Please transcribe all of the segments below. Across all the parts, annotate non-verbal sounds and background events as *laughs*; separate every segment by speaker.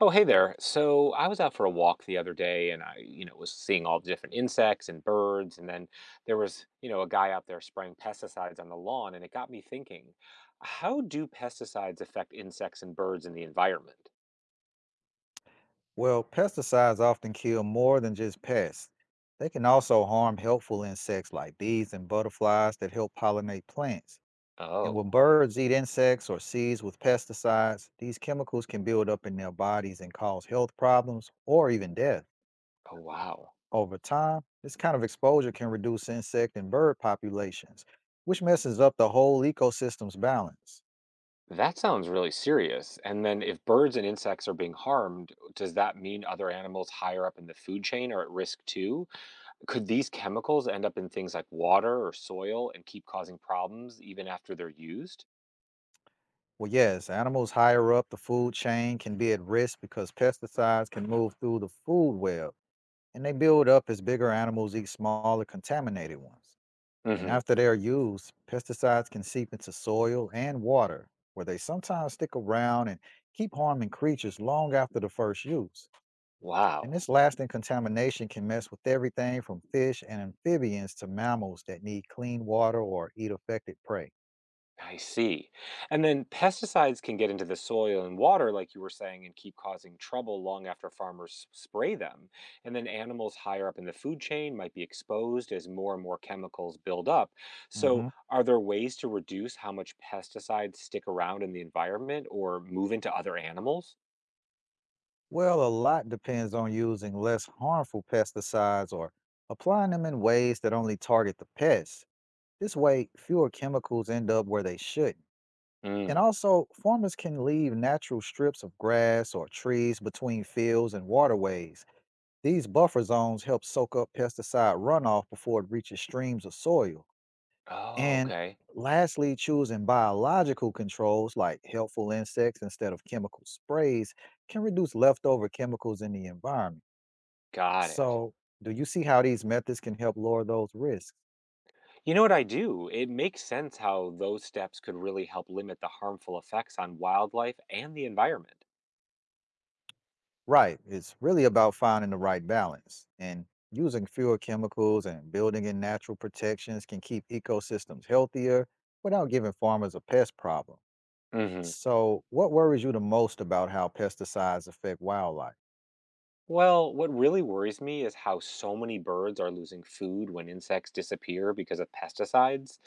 Speaker 1: Oh, hey there. So I was out for a walk the other day and I, was seeing all the different insects and birds. And then there was, a guy out there spraying pesticides on the lawn. And it got me thinking, how do pesticides affect insects and birds in the environment?
Speaker 2: Well, pesticides often kill more than just pests. They can also harm helpful insects like bees and butterflies that help pollinate plants. And when
Speaker 1: Oh,
Speaker 2: birds eat insects or seeds with pesticides, these chemicals can build up in their bodies and cause health problems or even death.
Speaker 1: oh, wow.
Speaker 2: Over time, this kind of exposure can reduce insect and bird populations, which messes up the whole ecosystem's balance.
Speaker 1: That sounds really serious. And then if birds and insects are being harmed, does that mean other animals higher up in the food chain are at risk too? Could these chemicals end up in things like water or soil and keep causing problems even after they're used?
Speaker 2: Well, yes, animals higher up the food chain can be at risk because pesticides can move through the food web and they build up as bigger animals eat smaller contaminated ones. And
Speaker 1: Hmm.
Speaker 2: after they are used, pesticides can seep into soil and water, where they sometimes stick around and keep harming creatures long after the first use. And
Speaker 1: Wow.
Speaker 2: this lasting contamination can mess with everything from fish and amphibians to mammals that need clean water or eat affected prey.
Speaker 1: I see. And then pesticides can get into the soil and water, like you were saying, and keep causing trouble long after farmers spray them. And then animals higher up in the food chain might be exposed as more and more chemicals build up. So,
Speaker 2: Mhm.
Speaker 1: are there ways to reduce how much pesticides stick around in the environment or move into other animals?
Speaker 2: Well, a lot depends on using less harmful pesticides or applying them in ways that only target the pests. This way, fewer chemicals end up where they shouldn't. And
Speaker 1: Mm.
Speaker 2: also, farmers can leave natural strips of grass or trees between fields and waterways. These buffer zones help soak up pesticide runoff before it reaches streams or soil.
Speaker 1: Oh,
Speaker 2: And
Speaker 1: okay.
Speaker 2: lastly, choosing biological controls like helpful insects instead of chemical sprays can reduce leftover chemicals in the environment.
Speaker 1: Got it.
Speaker 2: So, do you see how these methods can help lower those risks?
Speaker 1: You know what I do? It makes sense how those steps could really help limit the harmful effects on wildlife and the environment.
Speaker 2: Right. It's really about finding the right balance, and using fewer chemicals and building in natural protections can keep ecosystems healthier without giving farmers a pest problem.
Speaker 1: Hmm.
Speaker 2: So, what worries you the most about how pesticides affect wildlife?
Speaker 1: Well, what really worries me is how so many birds are losing food when insects disappear because of pesticides.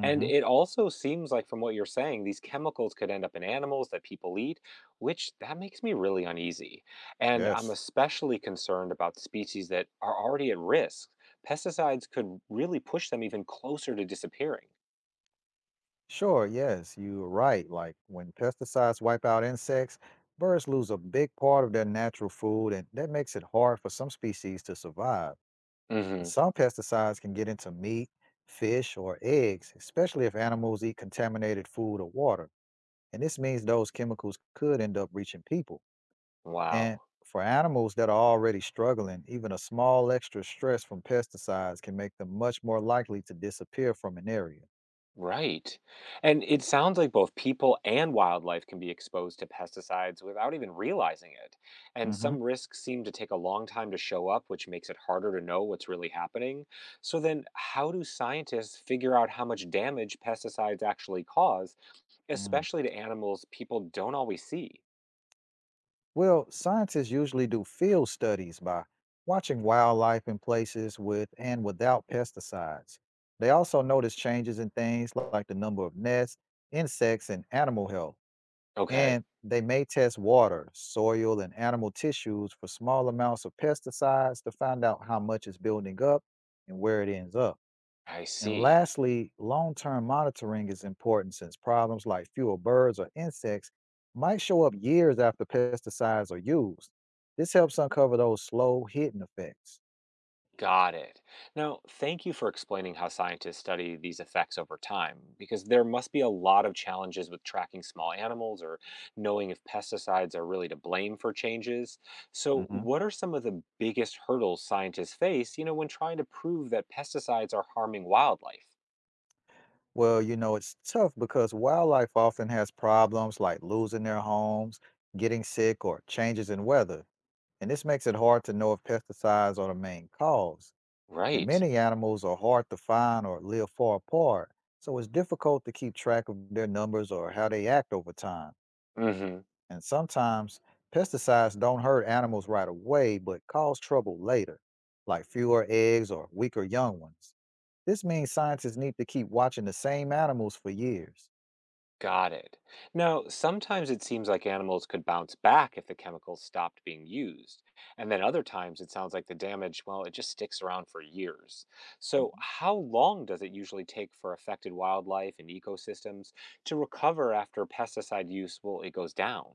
Speaker 1: And it also seems like, from what you're saying, these chemicals could end up in animals that people eat, which that makes me really uneasy. And I'm
Speaker 2: Yes.
Speaker 1: especially concerned about species that are already at risk. Pesticides could really push them even closer to disappearing.
Speaker 2: Sure. Yes. You're right. Like when pesticides wipe out insects, birds lose a big part of their natural food, and that makes it hard for some species to survive. And
Speaker 1: Hmm.
Speaker 2: some pesticides can get into meat, fish, or eggs, especially if animals eat contaminated food or water. And this means those chemicals could end up reaching people. And
Speaker 1: Wow.
Speaker 2: for animals that are already struggling, even a small extra stress from pesticides can make them much more likely to disappear from an area.
Speaker 1: Right. And it sounds like both people and wildlife can be exposed to pesticides without even realizing it. And
Speaker 2: Mm-hmm.
Speaker 1: some risks seem to take a long time to show up, which makes it harder to know what's really happening. So, then how do scientists figure out how much damage pesticides actually cause, especially to animals people don't always see?
Speaker 2: Well, scientists usually do field studies by watching wildlife in places with and without pesticides. They also notice changes in things like the number of nests, insects, and animal health.
Speaker 1: Okay.
Speaker 2: And they may test water, soil, and animal tissues for small amounts of pesticides to find out how much is building up and where it ends up.
Speaker 1: I
Speaker 2: And
Speaker 1: see.
Speaker 2: lastly, long term monitoring is important since problems like fewer birds or insects might show up years after pesticides are used. This helps uncover those slow hidden effects.
Speaker 1: Got it. Now, thank you for explaining how scientists study these effects over time, because there must be a lot of challenges with tracking small animals or knowing if pesticides are really to blame for changes. So,
Speaker 2: Mhm.
Speaker 1: what are some of the biggest hurdles scientists face, when trying to prove that pesticides are harming wildlife?
Speaker 2: Well, you know, it's tough because wildlife often has problems like losing their homes, getting sick, or changes in weather. And this makes it hard to know if pesticides are the main cause. And
Speaker 1: Right.
Speaker 2: many animals are hard to find or live far apart, so it's difficult to keep track of their numbers or how they act over time.
Speaker 1: Mhm.
Speaker 2: And sometimes pesticides don't hurt animals right away, but cause trouble later, like fewer eggs or weaker young ones. This means scientists need to keep watching the same animals for years.
Speaker 1: Got it. Now, sometimes it seems like animals could bounce back if the chemicals stopped being used. And then other times it sounds like the damage, well, it just sticks around for years. So,
Speaker 2: Mhm.
Speaker 1: how long does it usually take for affected wildlife and ecosystems to recover after pesticide use, well, it goes down?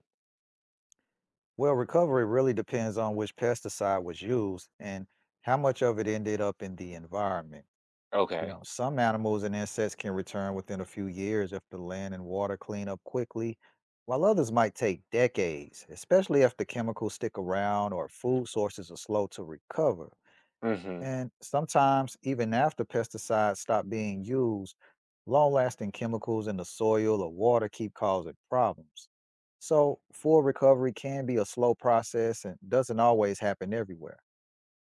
Speaker 2: Well, recovery really depends on which pesticide was used and how much of it ended up in the environment. You
Speaker 1: Okay.
Speaker 2: know, some animals and insects can return within a few years if the land and water clean up quickly, while others might take decades, especially if the chemicals stick around or food sources are slow to recover.
Speaker 1: Mm hmm.
Speaker 2: And sometimes, even after pesticides stop being used, long lasting chemicals in the soil or water keep causing problems. So, full recovery can be a slow process and doesn't always happen everywhere.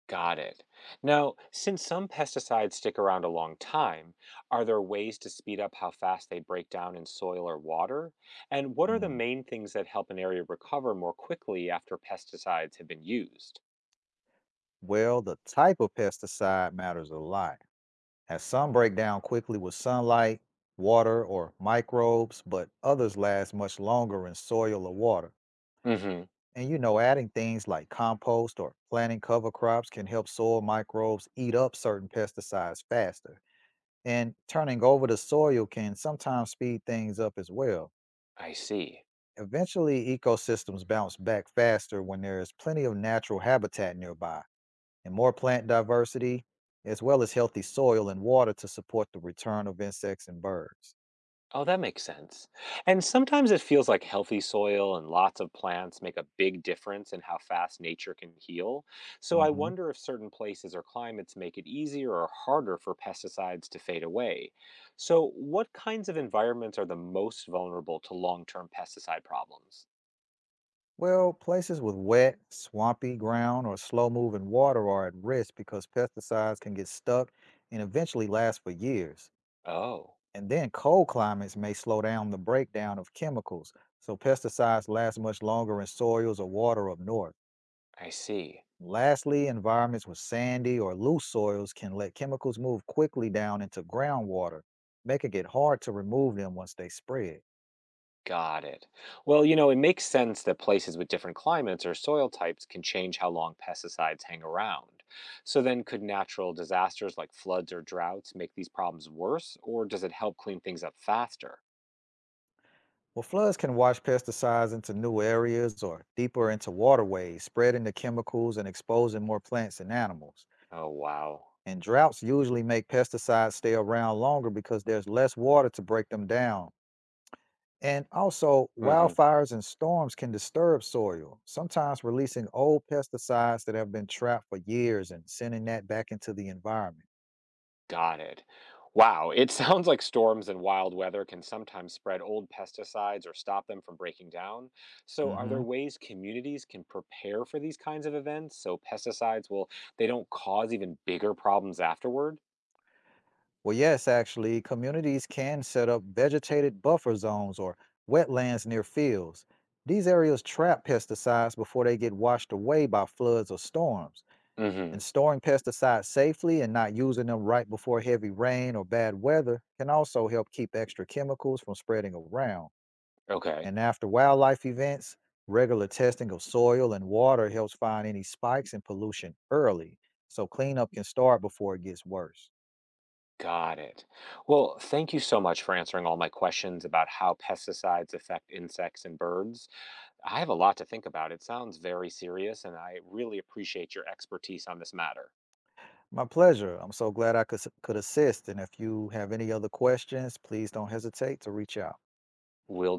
Speaker 1: Got it. Now, since some pesticides stick around a long time, are there ways to speed up how fast they break down in soil or water? And what are the
Speaker 2: Mm.
Speaker 1: main things that help an area recover more quickly after pesticides have been used?
Speaker 2: Well, the type of pesticide matters a lot, as some break down quickly with sunlight, water, or microbes, but others last much longer in soil or water.
Speaker 1: Hmm.
Speaker 2: And you know, adding things like compost or planting cover crops can help soil microbes eat up certain pesticides faster. And turning over the soil can sometimes speed things up as well.
Speaker 1: I see.
Speaker 2: Eventually, ecosystems bounce back faster when there is plenty of natural habitat nearby and more plant diversity, as well as healthy soil and water to support the return of insects and birds.
Speaker 1: Oh, that makes sense. And sometimes it feels like healthy soil and lots of plants make a big difference in how fast nature can heal. So I
Speaker 2: hmm
Speaker 1: wonder if certain places or climates make it easier or harder for pesticides to fade away. So, what kinds of environments are the most vulnerable to long term pesticide problems?
Speaker 2: Well, places with wet, swampy ground or slow moving water are at risk because pesticides can get stuck and eventually last for years.
Speaker 1: Oh,
Speaker 2: And then cold climates may slow down the breakdown of chemicals, so pesticides last much longer in soils or water up north.
Speaker 1: I see.
Speaker 2: Lastly, environments with sandy or loose soils can let chemicals move quickly down into groundwater, making it hard to remove them once they spread.
Speaker 1: Got it. Well, it makes sense that places with different climates or soil types can change how long pesticides hang around. So then, could natural disasters like floods or droughts make these problems worse, or does it help clean things up faster?
Speaker 2: Well, floods can wash pesticides into new areas or deeper into waterways, spreading the chemicals and exposing more plants and animals.
Speaker 1: Oh, wow.
Speaker 2: And droughts usually make pesticides stay around longer because there's less water to break them down. And also,
Speaker 1: Hmm.
Speaker 2: wildfires and storms can disturb soil, sometimes releasing old pesticides that have been trapped for years and sending that back into the environment.
Speaker 1: Got it. Wow, it *laughs* sounds like storms and wild weather can sometimes spread old pesticides or stop them from breaking down. So, are
Speaker 2: Mhm.
Speaker 1: there ways communities can prepare for these kinds of events so pesticides will they don't cause even bigger problems afterward?
Speaker 2: Well, yes, actually, communities can set up vegetated buffer zones or wetlands near fields. These areas trap pesticides before they get washed away by floods or storms. And
Speaker 1: Hmm.
Speaker 2: storing pesticides safely and not using them right before heavy rain or bad weather can also help keep extra chemicals from spreading around.
Speaker 1: Okay.
Speaker 2: And after wildlife events, regular testing of soil and water helps find any spikes in pollution early, so cleanup can start before it gets worse.
Speaker 1: Got it. Well, thank you so much for answering all my questions about how pesticides affect insects and birds. I have a lot to think about. It sounds very serious, and I really appreciate your expertise on this matter.
Speaker 2: My pleasure. I'm so glad I could could assist. And if you have any other questions, please don't hesitate to reach out.
Speaker 1: Will